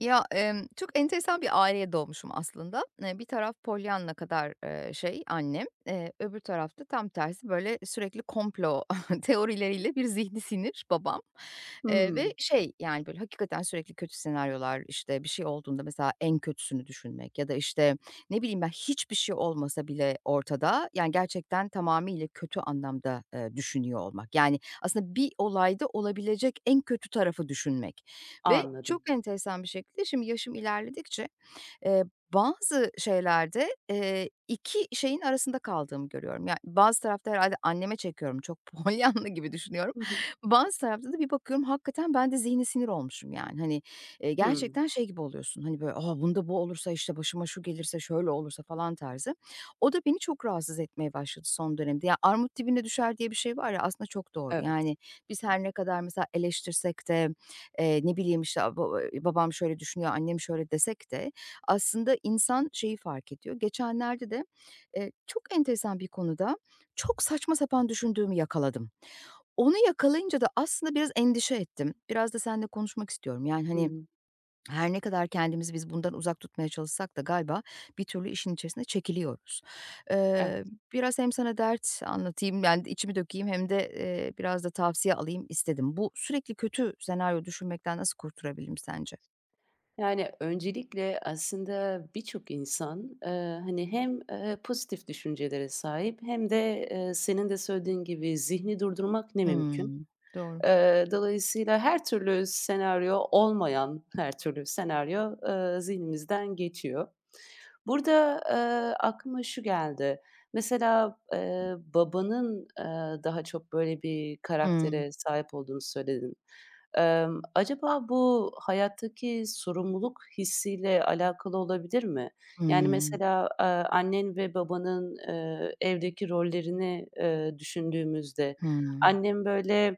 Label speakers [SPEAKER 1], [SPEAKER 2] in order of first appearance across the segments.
[SPEAKER 1] Ya, çok enteresan bir aileye doğmuşum aslında. Bir taraf Pollyanna kadar, şey annem, öbür tarafta tam tersi böyle sürekli komplo teorileriyle bir zihni sinir babam, ve
[SPEAKER 2] Hımm,
[SPEAKER 1] şey, yani, böyle hakikaten sürekli kötü senaryolar, işte, bir şey olduğunda mesela en kötüsünü düşünmek ya da, işte, ne bileyim ben, hiçbir şey olmasa bile ortada, yani, gerçekten tamamıyla kötü anlamda, düşünüyor olmak. Yani, aslında bir olayda olabilecek en kötü tarafı düşünmek. Ve
[SPEAKER 2] anladım.
[SPEAKER 1] çok enteresan bir şekilde şimdi yaşım ilerledikçe Eee, bazı şeylerde, 2 şeyin arasında kaldığımı görüyorum. Yani bazı tarafta herhâlde anneme çekiyorum, çok Polyanna gibi düşünüyorum.
[SPEAKER 2] Hı hı.
[SPEAKER 1] Bazı tarafta da bir bakıyorum hakikaten ben de zihni sinir olmuşum yani. Hani,
[SPEAKER 2] Hımm,
[SPEAKER 1] gerçekten şey gibi oluyorsun, hani, böyle, "A, bunda bu olursa, işte, başıma şu gelirse, şöyle olursa." falan tarzı. O da beni çok rahatsız etmeye başladı son dönemde. Ya, "Armut dibine düşer." diye bir şey var ya, aslında çok doğru.
[SPEAKER 2] evet.
[SPEAKER 1] Yani, biz her ne kadar mesela eleştirsek de, ne bileyim, işte, a ba babam şöyle düşünüyor, annem şöyle desek de aslında insan şeyi fark ediyor. Geçenlerde de, çok enteresan bir konuda çok saçma sapan düşündüğümü yakaladım. Onu yakalayınca da aslında biraz endişe ettim. Biraz da seninle konuşmak istiyorum. Yani, hani,
[SPEAKER 2] Hımm,
[SPEAKER 1] her ne kadar kendimizi biz bundan uzak tutmaya çalışsak da galiba bir türlü işin içerisine çekiliyoruz.
[SPEAKER 2] evet.
[SPEAKER 1] Eee, biraz hem sana dert anlatayım, yani, içimi dökeyim hem de, biraz da tavsiye alayım istedim. Bu sürekli kötü senaryo düşünmekten nasıl kurtulabilirim sence?
[SPEAKER 2] Yani, öncelikle aslında birçok insan, eee, hani, hem pozitif düşüncelere sahip hem de, senin de söylediğin gibi zihni durdurmak ne mümkün.
[SPEAKER 1] Hımm. Doğru.
[SPEAKER 2] Dolayısıyla her türlü senaryo olmayan her türlü senaryo, zihnimizden geçiyor. Burada, aklıma şu geldi. Mesela, babanın, daha çok böyle bir
[SPEAKER 1] Hımm.
[SPEAKER 2] karaktere sahip olduğunu söyledin. Acaba bu hayattaki sorumluluk hissiyle alakalı olabilir mi? Yani,
[SPEAKER 1] Hımm.
[SPEAKER 2] mesela, annen ve babanın, evdeki rollerini, düşündüğümüzde
[SPEAKER 1] Hımm.
[SPEAKER 2] annem, böyle,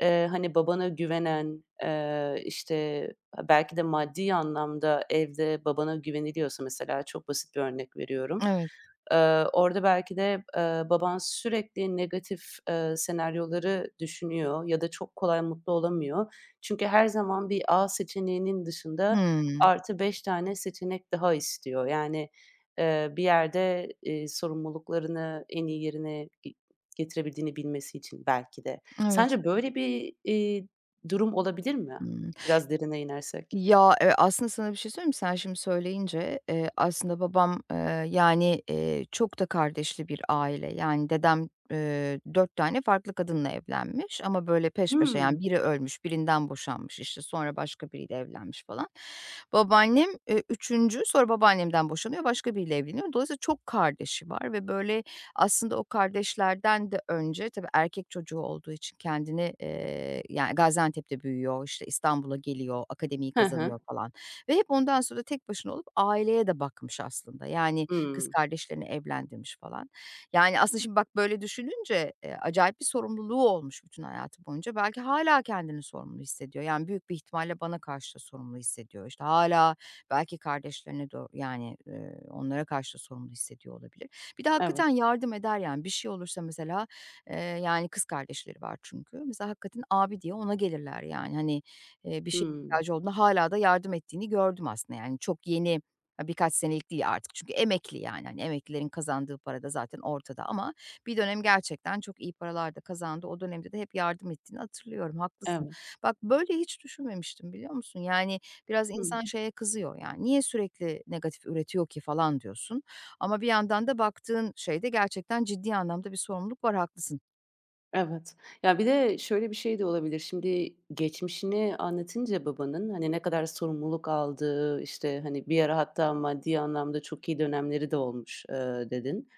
[SPEAKER 2] Hani, babana güvenen, işte, belki de maddi anlamda evde babana güveniliyorsa mesela çok basit bir örnek veriyorum.
[SPEAKER 1] Evet.
[SPEAKER 2] Orada belki de, baban sürekli negatif, senaryoları düşünüyor ya da çok kolay mutlu olamıyor. Çünkü her zaman bir A seçeneğinin dışında
[SPEAKER 1] Hımm.
[SPEAKER 2] artı 5 tane seçenek daha istiyor. Yani, bir yerde, sorumluluklarını en iyi yerine getirebildiğini bilmesi için belki de.
[SPEAKER 1] Evet.
[SPEAKER 2] Sence böyle bir, durum olabilir mi?
[SPEAKER 1] Hımm.
[SPEAKER 2] Biraz derine inersek.
[SPEAKER 1] Ya, aslında sana bir şey söyleyeyim mi? Sen şimdi söyleyince, aslında babam, yani, çok da kardeşli bir aile. Yani dedem, 4 tane farklı kadınla evlenmiş ama böyle peş peşe yani
[SPEAKER 2] Hımm.
[SPEAKER 1] biri ölmüş, birinden boşanmış, işte, sonra başka biriyle evlenmiş falan. Babaannem, 3'üncü, sonra babaannemden boşanıyor, başka biriyle evleniyor. Dolayısıyla çok kardeşi var ve böyle aslında o kardeşlerden de önce tabii erkek çocuğu olduğu için kendini, yani, Gaziantep'te büyüyor, işte, İstanbul'a geliyor, akademiyi
[SPEAKER 2] Hı hı.
[SPEAKER 1] kazanıyor falan ve hep ondan sonra tek başına olup aileye de bakmış aslında. Yani, kız
[SPEAKER 2] Hımm.
[SPEAKER 1] kardeşlerini evlendirmiş falan. Yani, aslında şimdi bak böyle düşününce, acayip bir sorumluluğu olmuş bütün hayatı boyunca. Belki hala kendini sorumlu hissediyor. Yani, büyük bir ihtimalle bana karşı da sorumlu hissediyor. İşte, hala belki kardeşlerine de yani, onlara karşı da sorumlu hissediyor olabilir. Bir de
[SPEAKER 2] Evet.
[SPEAKER 1] hakikaten yardım eder yani bir şey olursa mesela, yani kız kardeşleri var çünkü. Mesela hakikaten abi diye ona gelirler yani. Hani, bir şey
[SPEAKER 2] Hımm.
[SPEAKER 1] ihtiyacı olduğunda hala da yardım ettiğini gördüm aslında yani çok yeni, ha, birkaç senelik değil artık çünkü emekli yani. Hani emeklilerin kazandığı para da zaten ortada ama bir dönem gerçekten çok iyi paralar da kazandı. O dönemde de hep yardım ettiğini hatırlıyorum. Haklısın.
[SPEAKER 2] Evet.
[SPEAKER 1] Bak böyle hiç düşünmemiştim biliyor musun? Yani biraz
[SPEAKER 2] Hı.
[SPEAKER 1] insan şeye kızıyor yani, "Niye sürekli negatif üretiyor ki?" falan diyorsun. Ama bir yandan da baktığın şeyde gerçekten ciddi anlamda bir sorumluluk var, haklısın.
[SPEAKER 2] Evet. Ya, bir de şöyle bir şey de olabilir. Şimdi geçmişini anlatınca babanın, hani, ne kadar sorumluluk aldığı, işte, hani, bir ara hatta maddi anlamda çok iyi dönemleri de olmuş, dedin.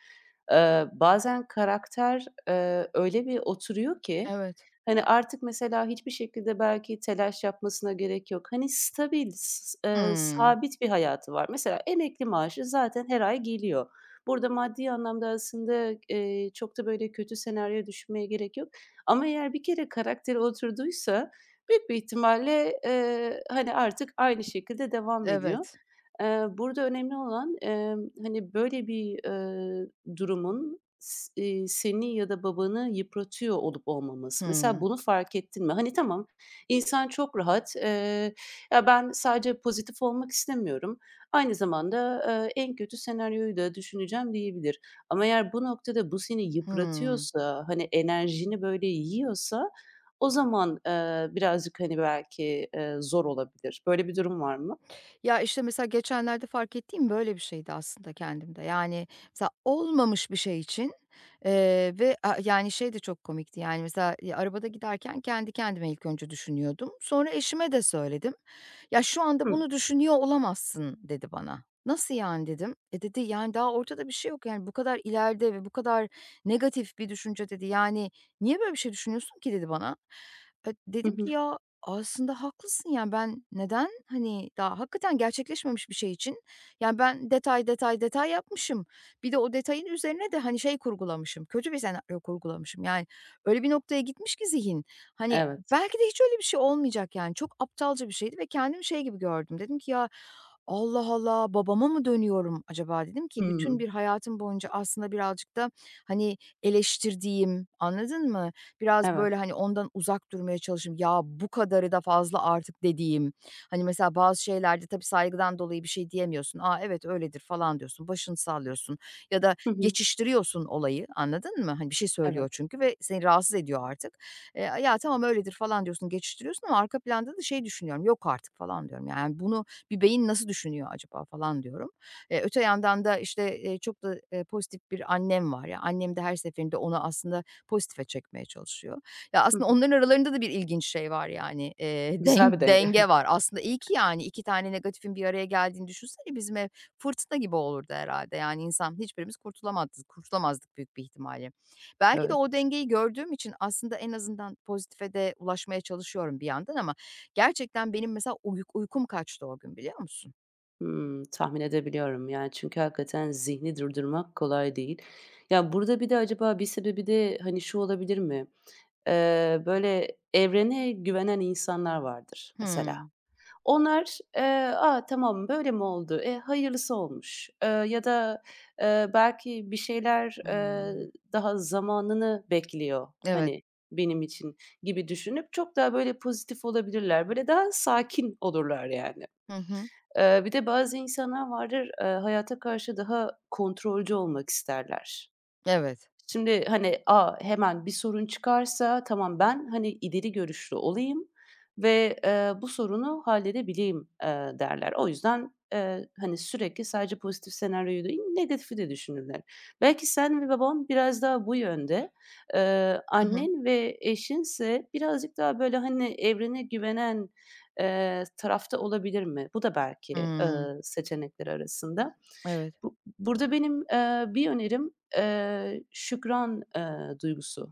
[SPEAKER 2] Bazen karakter, öyle bir oturuyor ki,
[SPEAKER 1] Evet.
[SPEAKER 2] hani, artık mesela hiçbir şekilde belki telaş yapmasına gerek yok. Hani, stabil, s
[SPEAKER 1] Hımm.
[SPEAKER 2] sabit bir hayatı var. Mesela emekli maaşı zaten her ay geliyor. Burada maddi anlamda aslında, çok da böyle kötü senaryoya düşünmeye gerek yok ama eğer bir kere karakteri oturduysa büyük bir ihtimalle, hani, artık aynı şekilde devam ediyor.
[SPEAKER 1] Evet.
[SPEAKER 2] Burada önemli olan, hani, böyle bir, durumun seni ya da babanı yıpratıyor olup olmaması. Mesela
[SPEAKER 1] Hımm.
[SPEAKER 2] bunu fark ettin mi? Hani, tamam, insan çok rahat, "Ya, ben sadece pozitif olmak istemiyorum, aynı zamanda, en kötü senaryoyu da düşüneceğim." diyebilir. Ama eğer bu noktada bu seni
[SPEAKER 1] Hımm.
[SPEAKER 2] yıpratıyorsa, hani, enerjini böyle yiyorsa o zaman, birazcık, hani, belki, zor olabilir. Böyle bir durum var mı?
[SPEAKER 1] Ya, işte, mesela geçenlerde fark ettiğim böyle bir şeydi aslında kendimde. Yani, mesela olmamış bir şey için, ve, yani, şey de çok komikti, yani, mesela, ya, arabada giderken kendi kendime ilk önce düşünüyordum. Sonra eşime de söyledim. "Ya, şu anda
[SPEAKER 2] Hıı.
[SPEAKER 1] bunu düşünüyor olamazsın." dedi bana. "Nasıl yani?" dedim. "E," dedi, "yani, daha ortada bir şey yok, yani, bu kadar ileride ve bu kadar negatif bir düşünce." dedi. "Yani, niye böyle bir şey düşünüyorsun ki?" dedi bana.
[SPEAKER 2] Hı
[SPEAKER 1] Dedim
[SPEAKER 2] hı.
[SPEAKER 1] ki, "Ya, aslında haklısın, yani, ben neden, hani, daha hakikaten gerçekleşmemiş bir şey için, yani, ben detay, detay, detay yapmışım. Bir de o detayın üzerine de, hani, şey kurgulamışım, kötü bir senaryo kurgulamışım. Yani, öyle bir noktaya gitmiş ki zihin, hani,
[SPEAKER 2] Evet.
[SPEAKER 1] belki de hiç öyle bir şey olmayacak, yani. Çok aptalca bir şeydi ve kendimi şey gibi gördüm. Dedim ki "Ya, Allah Allah, babama mı dönüyorum acaba?" dedim
[SPEAKER 2] Hı
[SPEAKER 1] ki bütün
[SPEAKER 2] hı.
[SPEAKER 1] bir hayatım boyunca aslında birazcık da, hani, eleştirdiğim, anladın mı? Biraz
[SPEAKER 2] Evet.
[SPEAKER 1] böyle, hani, ondan uzak durmaya çalışayım. "Ya, bu kadarı da fazla artık." dediğim, hani, mesela bazı şeylerde tabii saygıdan dolayı bir şey diyemiyorsun. Aa evet, öyledir." falan diyorsun. Başını sallıyorsun ya da
[SPEAKER 2] Hı hı.
[SPEAKER 1] geçiştiriyorsun olayı, anladın mı? Hani, bir şey söylüyor
[SPEAKER 2] Evet.
[SPEAKER 1] çünkü ve seni rahatsız ediyor artık. "Ya, tamam, öyledir." falan diyorsun, geçiştiriyorsun ama arka planda da şey düşünüyorum, "Yok artık." falan diyorum. Yani, "Bunu bir beyin nasıl düşünüyor acaba?" falan diyorum. Öte yandan da, işte, çok da, pozitif bir annem var. Ya, annem de her seferinde onu aslında pozitife çekmeye çalışıyor. Ya,
[SPEAKER 2] Hı
[SPEAKER 1] aslında
[SPEAKER 2] hı.
[SPEAKER 1] onların aralarında da bir ilginç şey var yani,
[SPEAKER 2] Güzel bir denge.
[SPEAKER 1] denge var. Aslında iyi ki yani 2 tane negatifin bir araya geldiğini düşünsene bizim ev fırtına gibi olurdu herhâlde. Yani insan hiçbirimiz kurtulamazdık kurtulamazdık büyük bir ihtimalle. Belki de
[SPEAKER 2] Evet.
[SPEAKER 1] o dengeyi gördüğüm için aslında en azından pozitife de ulaşmaya çalışıyorum bir yandan ama gerçekten benim mesela uykum kaçtı o gün biliyor musun?
[SPEAKER 2] Hımm, tahmin edebiliyorum. Yani, çünkü hakikaten zihni durdurmak kolay değil. Ya, burada bir de acaba bir sebebi de, hani, şu olabilir mi? Böyle evrene güvenen insanlar vardır mesela.
[SPEAKER 1] Hımm.
[SPEAKER 2] Onlar, "A, tamam böyle mi oldu? E, hayırlısı olmuş." Ya da, belki bir şeyler,
[SPEAKER 1] Hımm.
[SPEAKER 2] daha zamanını bekliyor,
[SPEAKER 1] Evet.
[SPEAKER 2] hani, benim için gibi düşünüp çok daha böyle pozitif olabilirler. Böyle daha sakin olurlar yani.
[SPEAKER 1] Hı hı.
[SPEAKER 2] Bir de bazı insanlar vardır, hayata karşı daha kontrolcü olmak isterler.
[SPEAKER 1] Evet.
[SPEAKER 2] Şimdi, hani, a, hemen bir sorun çıkarsa tamam ben, hani, ileri görüşlü olayım ve, bu sorunu halledebileyim, derler. O yüzden, hani, sürekli sadece pozitif senaryoyu değil, negatifi de düşünürler. Belki sen ve baban biraz daha bu yönde.
[SPEAKER 1] Hı hı.
[SPEAKER 2] Annen ve eşinse birazcık daha, böyle, hani, evrene güvenen, tarafta olabilir mi? Bu da belki, eee,
[SPEAKER 1] Hımm.
[SPEAKER 2] seçenekler arasında.
[SPEAKER 1] Evet.
[SPEAKER 2] Bu Burada benim, bir önerim, şükran, duygusu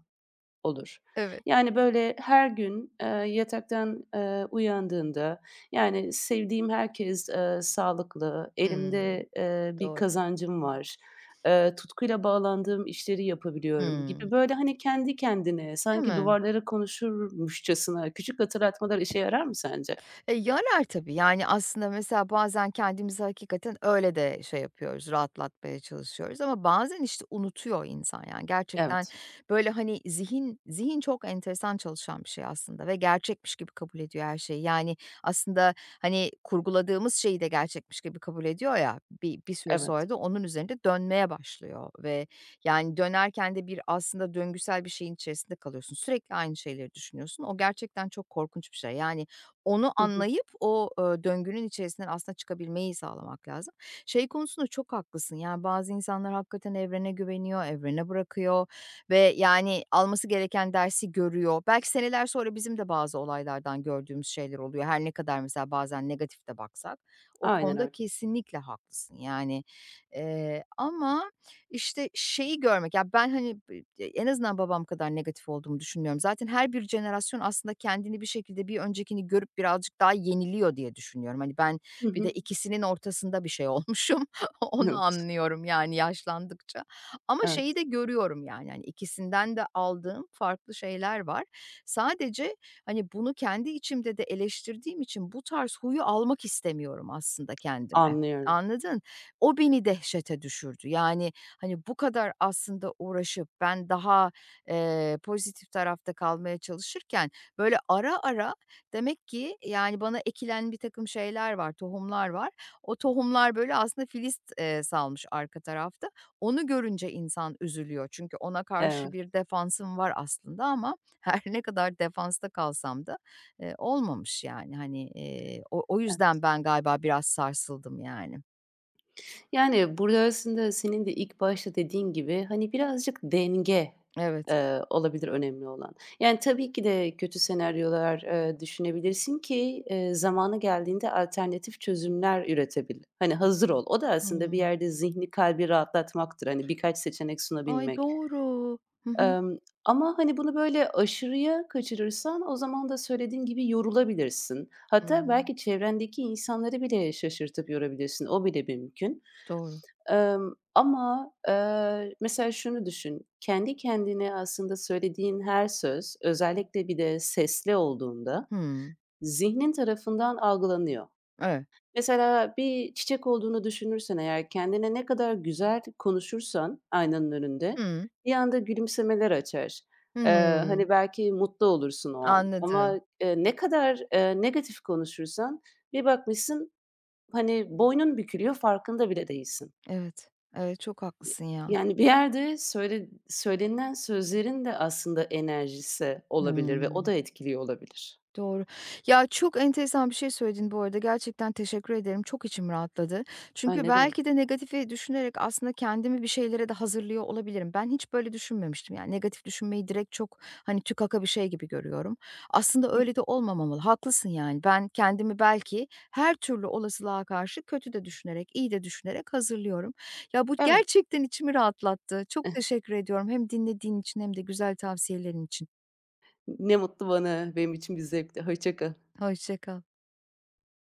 [SPEAKER 2] olur.
[SPEAKER 1] Evet.
[SPEAKER 2] Yani, böyle, her gün, yataktan, uyandığında, yani, sevdiğim herkes, sağlıklı,
[SPEAKER 1] Hımm.
[SPEAKER 2] elimde, bir
[SPEAKER 1] Doğru.
[SPEAKER 2] kazancım var, tutkuyla bağlandığım işleri yapabiliyorum
[SPEAKER 1] Hımm.
[SPEAKER 2] gibi, böyle, hani, kendi kendine
[SPEAKER 1] Değil
[SPEAKER 2] sanki
[SPEAKER 1] mi?
[SPEAKER 2] duvarlara konuşurmuşçasına küçük hatırlatmalar işe yarar mı sence?
[SPEAKER 1] E, yarar tabii. Yani, aslında mesela bazen kendimizi hakikaten öyle de şey yapıyoruz, rahatlatmaya çalışıyoruz ama bazen, işte, unutuyor insan, yani. Gerçekten,
[SPEAKER 2] Evet,
[SPEAKER 1] böyle, hani, zihin zihin çok enteresan çalışan bir şey aslında ve gerçekmiş gibi kabul ediyor her şeyi. Yani, aslında, hani, kurguladığımız şeyi de gerçekmiş gibi kabul ediyor ya, bir süre sonra
[SPEAKER 2] evet.
[SPEAKER 1] da onun üzerinde dönmeye başlıyor ve, yani, dönerken de bir aslında döngüsel bir şeyin içerisinde kalıyorsun. Sürekli aynı şeyleri düşünüyorsun. O gerçekten çok korkunç bir şey. Yani, onu
[SPEAKER 2] Hı hı.
[SPEAKER 1] anlayıp o, döngünün içerisinden aslında çıkabilmeyi sağlamak lazım. Şey konusunda çok haklısın, yani, bazı insanlar hakikaten evrene güveniyor, evrene bırakıyor ve, yani, alması gereken dersi görüyor. Belki seneler sonra bizim de bazı olaylardan gördüğümüz şeyler oluyor. Her ne kadar mesela bazen negatif de baksak. O
[SPEAKER 2] Aynen
[SPEAKER 1] konuda
[SPEAKER 2] öyle.
[SPEAKER 1] kesinlikle haklısın, yani. Ama işte, şeyi görmek, ya, ben, hani, en azından babam kadar negatif olduğumu düşünmüyorum. Zaten her bir jenerasyon aslında kendini bir şekilde bir öncekini görüp birazcık daha yeniliyor diye düşünüyorum. Hani, ben
[SPEAKER 2] Hı
[SPEAKER 1] bir de
[SPEAKER 2] hı.
[SPEAKER 1] ikisinin ortasında bir şey olmuşum. Onu
[SPEAKER 2] Evet,
[SPEAKER 1] anlıyorum, yani, yaşlandıkça ama
[SPEAKER 2] evet.
[SPEAKER 1] şeyi de görüyorum, yani, hani, ikisinden de aldığım farklı şeyler var. Sadece, hani, bunu kendi içimde de eleştirdiğim için bu tarz huyu almak istemiyorum aslında kendime.
[SPEAKER 2] Anlıyorum.
[SPEAKER 1] Anladın? O beni dehşete düşürdü. Yani, hani, bu kadar aslında uğraşıp ben daha, pozitif tarafta kalmaya çalışırken böyle ara ara demek ki, yani, bana ekilen bir takım şeyler var, tohumlar var. O tohumlar böyle aslında salmış arka tarafta. Onu görünce insan üzülüyor. Çünkü ona karşı
[SPEAKER 2] Evet.
[SPEAKER 1] bir defansım var aslında ama her ne kadar defansta kalsam da, olmamış yani. Hani, o yüzden ben galiba biraz sarsıldım yani.
[SPEAKER 2] Yani, burada aslında senin de ilk başta dediğin gibi, hani, birazcık denge,
[SPEAKER 1] Evet.
[SPEAKER 2] olabilir önemli olan. Yani, tabii ki de kötü senaryolar, düşünebilirsin ki, zamanı geldiğinde alternatif çözümler üretebil. Hani, hazır ol. O da aslında bir
[SPEAKER 1] Hımm.
[SPEAKER 2] yerde zihni, kalbi rahatlatmaktır. Hani, birkaç seçenek
[SPEAKER 1] Ay,
[SPEAKER 2] sunabilmek.
[SPEAKER 1] doğru. Hı hı.
[SPEAKER 2] Emm, ama, hani, bunu böyle aşırıya kaçırırsan o zaman da söylediğin gibi yorulabilirsin. Hatta
[SPEAKER 1] Hımm.
[SPEAKER 2] belki çevrendeki insanları bile şaşırtıp yorabilirsin. O bile bir mümkün.
[SPEAKER 1] Doğru.
[SPEAKER 2] Ama, mesela şunu düşün, kendi kendine aslında söylediğin her söz, özellikle bir de sesli olduğunda
[SPEAKER 1] Hımm.
[SPEAKER 2] zihnin tarafından algılanıyor.
[SPEAKER 1] Evet.
[SPEAKER 2] Mesela bir çiçek olduğunu düşünürsen eğer kendine ne kadar güzel konuşursan aynanın önünde
[SPEAKER 1] Hımm.
[SPEAKER 2] bir anda gülümsemeler açar.
[SPEAKER 1] Hımm.
[SPEAKER 2] Hani, belki mutlu olursun o an
[SPEAKER 1] Anladım.
[SPEAKER 2] ama, ne kadar, negatif konuşursan bir bakmışsın, hani, boynun bükülüyor farkında bile değilsin.
[SPEAKER 1] Evet. Evet, çok haklısın ya.
[SPEAKER 2] Yani, bir yerde söyle söylenilen sözlerin de aslında enerjisi olabilir ve o
[SPEAKER 1] Hımm.
[SPEAKER 2] da etkiliyor olabilir.
[SPEAKER 1] Doğru. Ya, çok enteresan bir şey söyledin bu arada. Gerçekten teşekkür ederim. Çok içim rahatladı.
[SPEAKER 2] Ay,
[SPEAKER 1] Çünkü
[SPEAKER 2] ne demek.
[SPEAKER 1] belki de negatifi düşünerek aslında kendimi bir şeylere de hazırlıyor olabilirim. Ben hiç böyle düşünmemiştim. Yani, negatif düşünmeyi direkt çok, hani, tükaka bir şey gibi görüyorum. Aslında
[SPEAKER 2] Hıh,
[SPEAKER 1] öyle de olmamalı. Haklısın, yani. Ben kendimi belki her türlü olasılığa karşı kötü de düşünerek, iyi de düşünerek hazırlıyorum. Ya, bu
[SPEAKER 2] evet.
[SPEAKER 1] gerçekten içimi rahatlattı. Çok teşekkür ediyorum hem dinlediğin için hem de güzel tavsiyelerin için.
[SPEAKER 2] Ne mutlu bana. Benim için bir zevkti. Hoşça kal.
[SPEAKER 1] Hoşça kal.